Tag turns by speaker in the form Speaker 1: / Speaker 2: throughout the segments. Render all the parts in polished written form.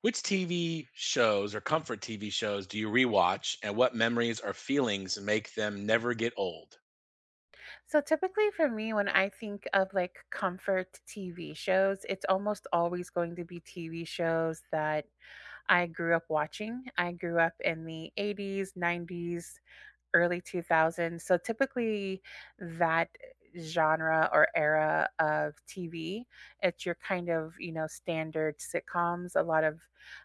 Speaker 1: Which TV shows or comfort TV shows do you rewatch, and what memories or feelings make them never get old?
Speaker 2: So typically for me, when I think of comfort TV shows, it's almost always going to be TV shows that I grew up watching. I grew up in the eighties, nineties, early two-thousands. So typically that genre or era of TV, it's your kind of, you know, standard sitcoms, a lot of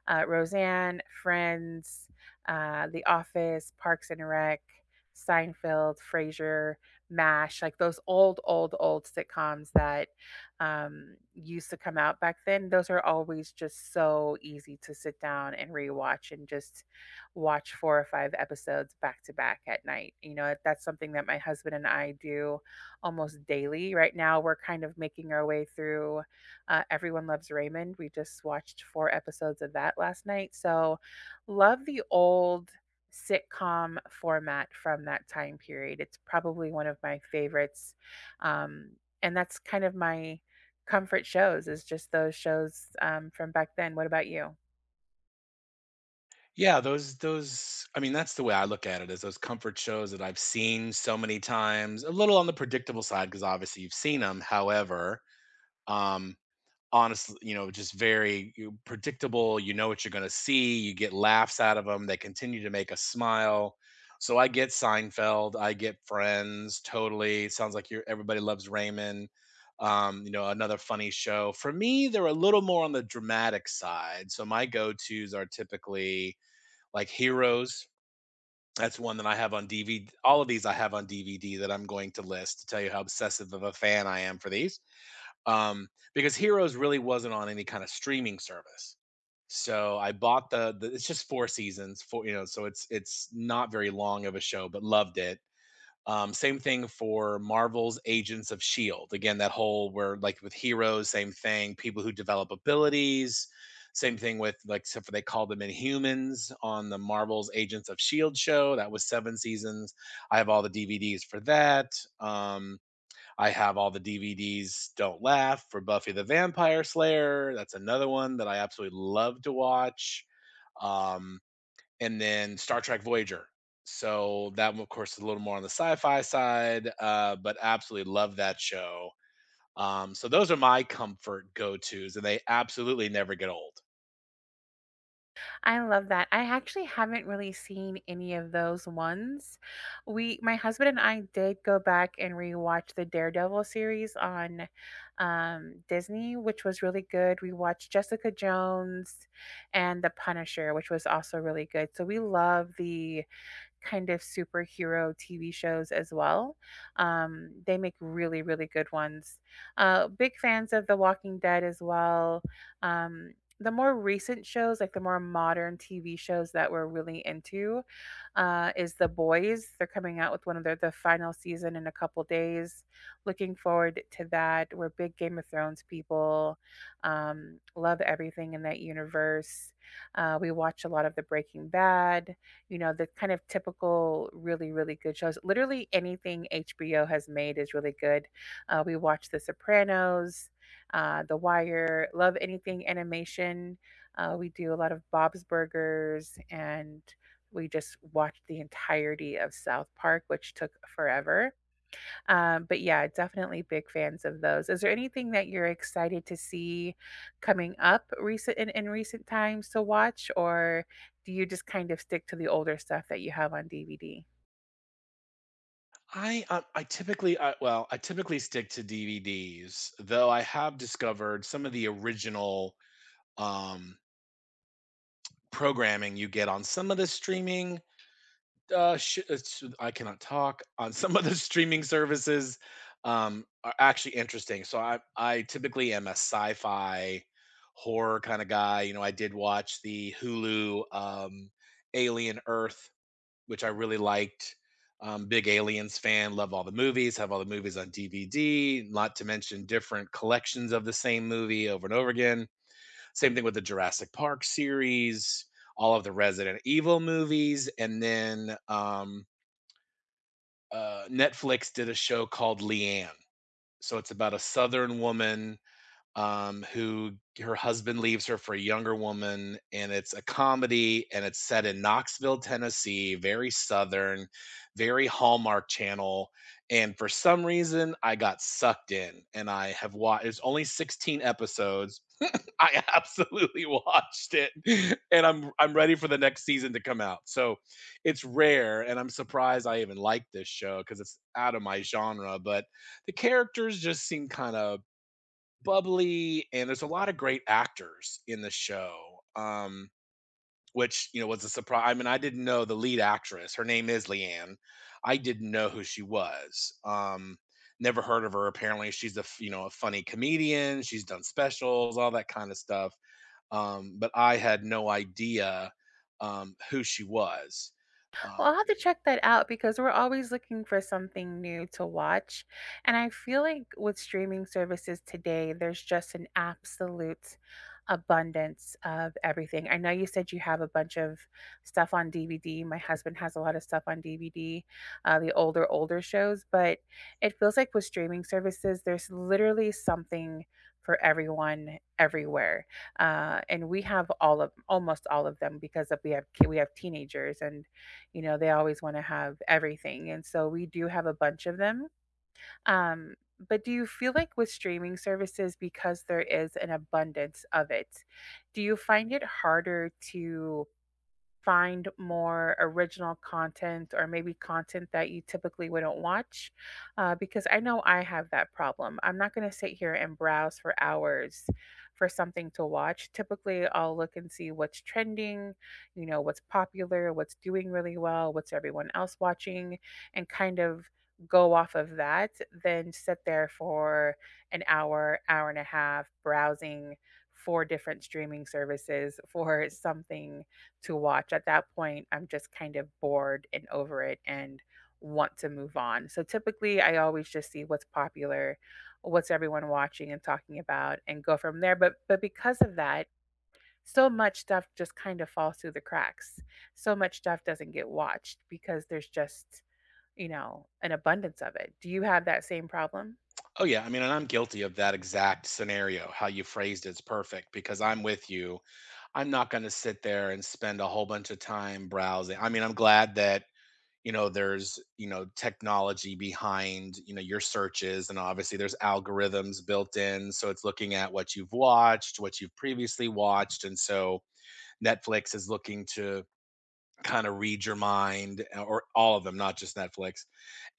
Speaker 2: Roseanne, Friends, The Office, Parks and Rec, Seinfeld, Frasier, MASH, like those old sitcoms that used to come out back then. Those are always just so easy to sit down and rewatch and just watch 4 or 5 episodes back to back at night. You know, that's something that my husband and I do almost daily. Right now, we're kind of making our way through Everyone Loves Raymond. We just watched 4 episodes of that last night. So, love the old sitcom format from that time period. It's probably one of my favorites. Um, and that's kind of my comfort shows is just those shows from back then. What about you?
Speaker 1: Yeah, those, that's the way I look at it is those comfort shows that I've seen so many times, a little on the predictable side because obviously you've seen them. However, um, honestly, you know, just predictable. You know what you're going to see. You get laughs out of them. They continue to make us smile. So I get Seinfeld. I get Friends. Totally. Sounds like everybody loves Raymond. You know, another funny show. For me, they're a little more on the dramatic side. So my go tos are typically like Heroes. That's one that I have on DVD. All of these I have on DVD that I'm going to list to tell you how obsessive of a fan I am for these um, because Heroes really wasn't on any kind of streaming service. So I bought the, it's just four seasons, four you know, so it's not very long of a show, but loved it. Same thing for Marvel's Agents of Shield. Again, that whole where like with heroes, same thing. People who develop abilities, same thing with like except for they call them Inhumans on the Marvel's Agents of Shield show. That was seven seasons. I have all the DVDs for that. Um, I have all the DVDs Don't Laugh for Buffy the Vampire Slayer. That's another one that I absolutely love to watch. Um, and then Star Trek Voyager. So that one, of course, is a little more on the sci-fi side, but absolutely love that show. So those are my comfort go-tos, and they absolutely never get old.
Speaker 2: I love that. I actually haven't really seen any of those ones. My husband and I did go back and rewatch the Daredevil series on Disney, which was really good. We watched Jessica Jones and The Punisher, which was also really good. So we love the kind of superhero TV shows as well. They make really, really good ones. Big fans of The Walking Dead as well. Um, the more recent shows, like the more modern TV shows that we're really into, is The Boys. They're coming out with one of their the final season in a couple days. Looking forward to that. We're big Game of Thrones people. Love everything in that universe. We watch a lot of the Breaking Bad. You know, the kind of typical, really, really good shows. Literally anything HBO has made is really good. We watch The Sopranos, The Wire, love anything animation. We do a lot of Bob's Burgers and we just watched the entirety of South Park, which took forever. But yeah, definitely big fans of those. Is there anything that you're excited to see coming up recent in recent times to watch, or do you just kind of stick to the older stuff that you have on DVD?
Speaker 1: Well, I typically stick to DVDs, though I have discovered some of the original um, programming you get on some of the streaming I cannot talk on some of the streaming services are actually interesting. So I typically am a sci-fi horror kind of guy. You know, I did watch the Hulu Alien Earth, which I really liked. Big aliens fan, love all the movies, have all the movies on DVD. Not to mention different collections of the same movie over and over again same thing with the Jurassic Park series, all of the Resident Evil movies, and then Netflix did a show called Leanne. So it's about a Southern woman who her husband leaves her for a younger woman, and it's a comedy, and it's set in Knoxville, Tennessee, very southern, very Hallmark Channel. And for some reason, I got sucked in, and I have watched. It's only 16 episodes. I absolutely watched it, and I'm ready for the next season to come out. So, it's rare, and I'm surprised I even like this show because it's out of my genre. But the characters just seem kind of bubbly and there's a lot of great actors in the show, which you know was a surprise. I didn't know the lead actress, her name is Leanne. I didn't know who she was, never heard of her, apparently she's you know a funny comedian, she's done specials, all that kind of stuff, but I had no idea who she was uh,
Speaker 2: Well, I'll have to check that out because we're always looking for something new to watch. And I feel like with streaming services today, there's just an absolute abundance of everything. I know you said you have a bunch of stuff on DVD. My husband has a lot of stuff on DVD, the older shows, but it feels like with streaming services, there's literally something for everyone everywhere, and we have all of almost all of them because of, we have we have teenagers and, you know, they always wanna have everything, and so we do have a bunch of them. But do you feel like with streaming services, because there is an abundance of it, do you find it harder to find more original content or maybe content that you typically wouldn't watch, because I know I have that problem? I'm not going to sit here and browse for hours for something to watch. Typically, I'll look and see what's trending, you know, what's popular, what's doing really well, what's everyone else watching, and kind of go off of that, then sit there for an hour and a half browsing for different streaming services for something to watch. At that point, I'm just kind of bored and over it and want to move on. So typically, I always just see what's popular, what's everyone watching and talking about, and go from there. But because of that, so much stuff just kind of falls through the cracks. So much stuff doesn't get watched because there's just, you know, an abundance of it. Do you have that same problem?
Speaker 1: oh yeah, I mean and I'm guilty of that exact scenario, how you phrased it's perfect because I'm with you. I'm not gonna sit there and spend a whole bunch of time browsing. I mean, I'm glad that, you know, there's, you know, technology behind, you know, your searches, and obviously there's algorithms built in, so it's looking at what you've watched, what you've previously watched, and so Netflix is looking to kinda read your mind, or all of them, not just Netflix,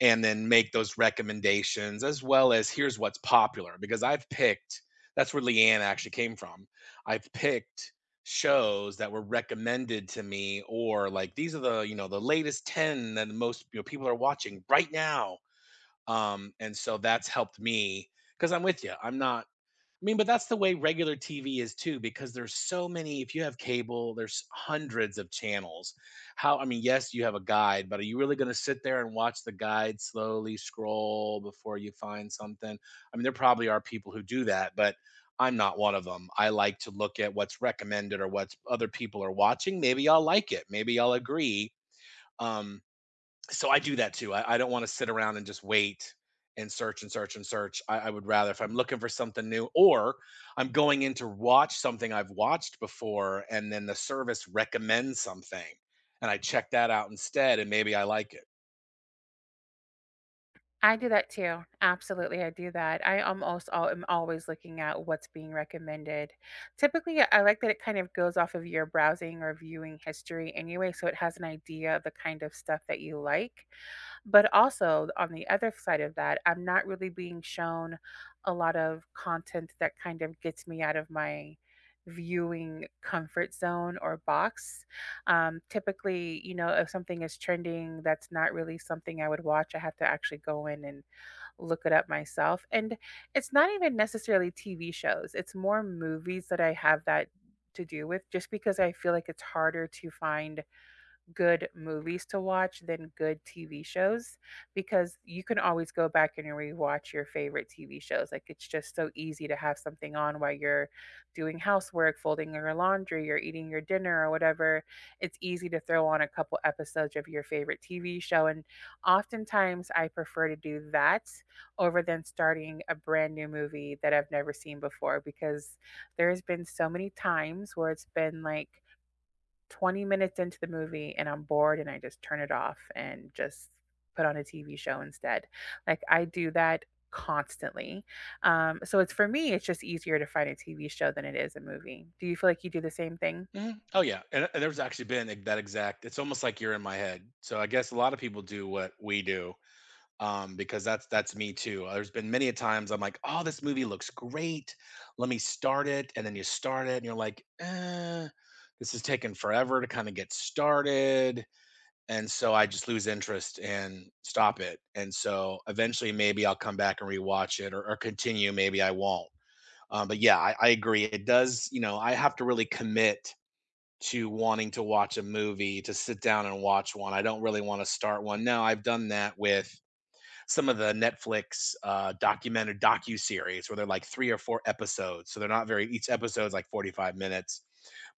Speaker 1: and then make those recommendations, as well as here's what's popular because I've picked, that's where Leanne actually came from. I've picked shows that were recommended to me, or like these are the you know the latest 10 that the most you know people are watching right now, and so that's helped me because I'm with you I'm not I mean, but that's the way regular TV is too, because there's so many. If you have cable, there's hundreds of channels. How, I mean, yes, you have a guide, but are you really going to sit there and watch the guide slowly scroll before you find something? I mean, there probably are people who do that, but I'm not one of them. I like to look at what's recommended or what other people are watching. Maybe I'll like it. Maybe I'll agree. Um, so I do that too. I don't want to sit around and just wait and search and search and search. I would rather, if I'm looking for something new, or I'm going in to watch something I've watched before and then the service recommends something, and I check that out instead, and maybe I like it.
Speaker 2: I do that too. Absolutely, I do that. I almost all am always looking at what's being recommended. Typically, I like that it kind of goes off of your browsing or viewing history anyway, so it has an idea of the kind of stuff that you like. But also on the other side of that, I'm not really being shown a lot of content that kind of gets me out of my viewing comfort zone or box. Typically, you know, if something is trending, that's not really something I would watch. I have to actually go in and look it up myself. And it's not even necessarily TV shows, it's more movies that I have that to do with, just because I feel like it's harder to find good movies to watch than good TV shows because you can always go back and rewatch your favorite TV shows. Like, it's just so easy to have something on while you're doing housework, folding your laundry, or eating your dinner or whatever. It's easy to throw on a couple episodes of your favorite TV show. And oftentimes I prefer to do that over than starting a brand new movie that I've never seen before because there's been so many times where it's been like, 20 minutes into the movie and I'm bored and I just turn it off and just put on a TV show instead. Like, I do that constantly. So it's for me, it's just easier to find a TV show than it is a movie. Do you feel like you do the same thing?
Speaker 1: Mhm. Oh, yeah. And there's actually been like that exact, it's almost like you're in my head. So I guess a lot of people do what we do, because that's me too. There's been many a times I'm like, "Oh, this movie looks great. Let me start it," and then you start it, and you're like, eh, "This is taking forever to kind of get started," and so I just lose interest and stop it. And so eventually, maybe I'll come back and rewatch it, or continue. Maybe I won't. But yeah, I agree. It does. You know, I have to really commit to wanting to watch a movie to sit down and watch one. I don't really want to start one. Now I've done that with some of the Netflix documented docu series where they're like three or four episodes. So they're not very each episode's like 45 minutes,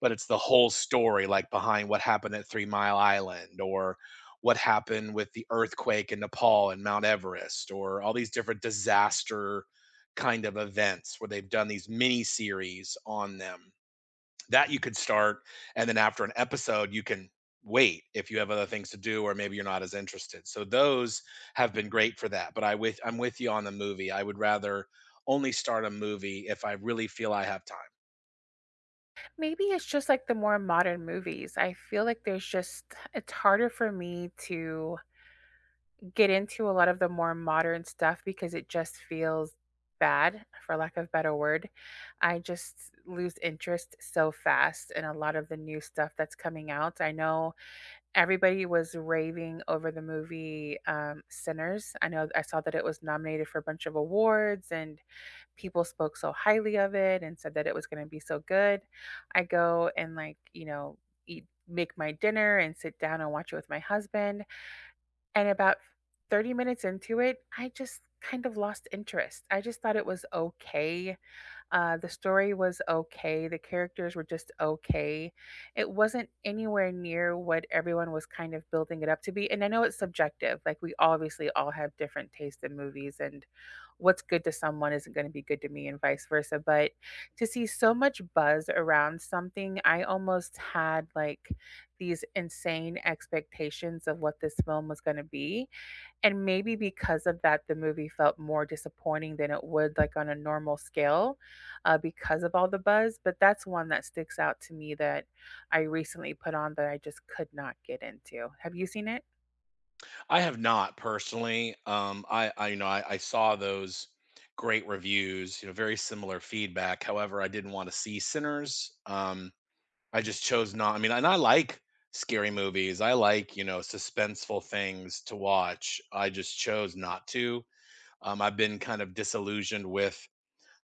Speaker 1: but it's the whole story like behind what happened at Three Mile Island, or what happened with the earthquake in Nepal and Mount Everest, or all these different disaster kind of events where they've done these mini series on them. That you could start, and then after an episode, you can wait if you have other things to do or maybe you're not as interested. So those have been great for that, but I'm with you on the movie. I would rather only start a movie if I really feel I have time.
Speaker 2: Maybe it's just like the more modern movies. I feel like there's just, it's harder for me to get into a lot of the more modern stuff because it just feels bad for lack of better word. I just lose interest so fast in a lot of the new stuff that's coming out. I know everybody was raving over the movie, Sinners. I know I saw that it was nominated for a bunch of awards and people spoke so highly of it and said that it was going to be so good. I go and, like, you know, eat make my dinner and sit down and watch it with my husband and about 30 minutes into it, I just kind of lost interest. I just thought it was okay. The story was okay. The characters were just okay. It wasn't anywhere near what everyone was kind of building it up to be. And I know it's subjective. Like, we obviously all have different tastes in movies, and what's good to someone isn't going to be good to me, and vice versa. But to see so much buzz around something, I almost had like these insane expectations of what this film was going to be, and maybe because of that, the movie felt more disappointing than it would like on a normal scale, because of all the buzz. But that's one that sticks out to me that I recently put on that I just could not get into. Have you seen it?
Speaker 1: I have not personally. I you know I saw those great reviews, you know, very similar feedback. However, I didn't want to see Sinners. I just chose not. I mean, and I like scary movies. I like, you know, suspenseful things to watch. I just chose not to. I've been kind of disillusioned with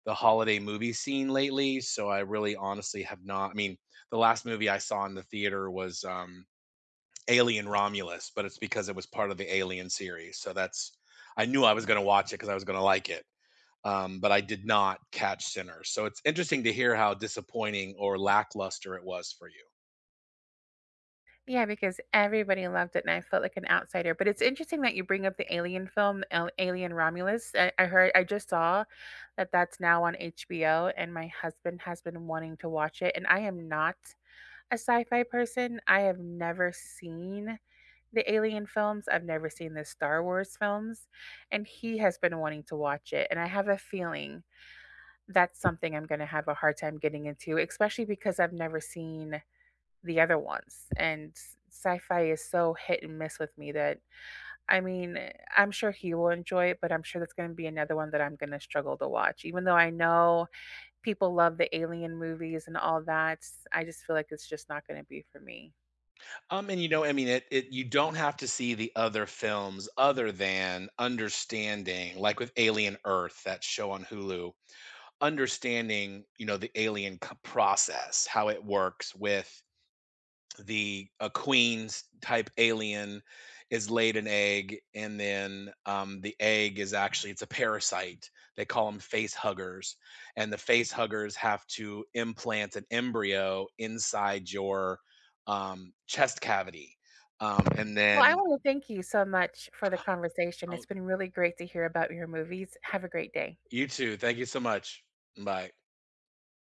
Speaker 1: the holiday movie scene lately, so I really honestly have not. I mean, the last movie I saw in the theater was Alien Romulus, but it's because it was part of the Alien series. So that's I knew I was going to watch it because I was going to like it. But I did not catch Sinners. So it's interesting to hear how disappointing or lackluster it was for you.
Speaker 2: Yeah, because everybody loved it and I felt like an outsider. But it's interesting that you bring up the Alien film, Alien Romulus. I heard, I just saw that that's now on HBO, and my husband has been wanting to watch it. And I am not a sci fi person. I have never seen The Alien films, I've never seen the Star Wars films, and he has been wanting to watch it, and I have a feeling that's something I'm gonna have a hard time getting into, especially because I've never seen the other ones, and sci-fi is so hit and miss with me that, eh, I'm sure he will enjoy it, but I'm sure that's gonna be another one that I'm gonna struggle to watch. Even though I know people love the Alien movies and all that, I just feel like it's just not gonna be for me.
Speaker 1: And you know, I mean, it, it. You don't have to see the other films other than understanding, like with Alien Earth, that show on Hulu. Understanding, you know, the process, how it works with the a queen's type alien is laid an egg, and the egg is actually it's a parasite, they call them face huggers, and the face huggers have to implant an embryo inside your chest cavity, and then
Speaker 2: Well, I want to thank you so much for the conversation. It's
Speaker 1: oh,
Speaker 2: been really great to hear about your movies. Have a great day.
Speaker 1: you too, thank you so much, bye.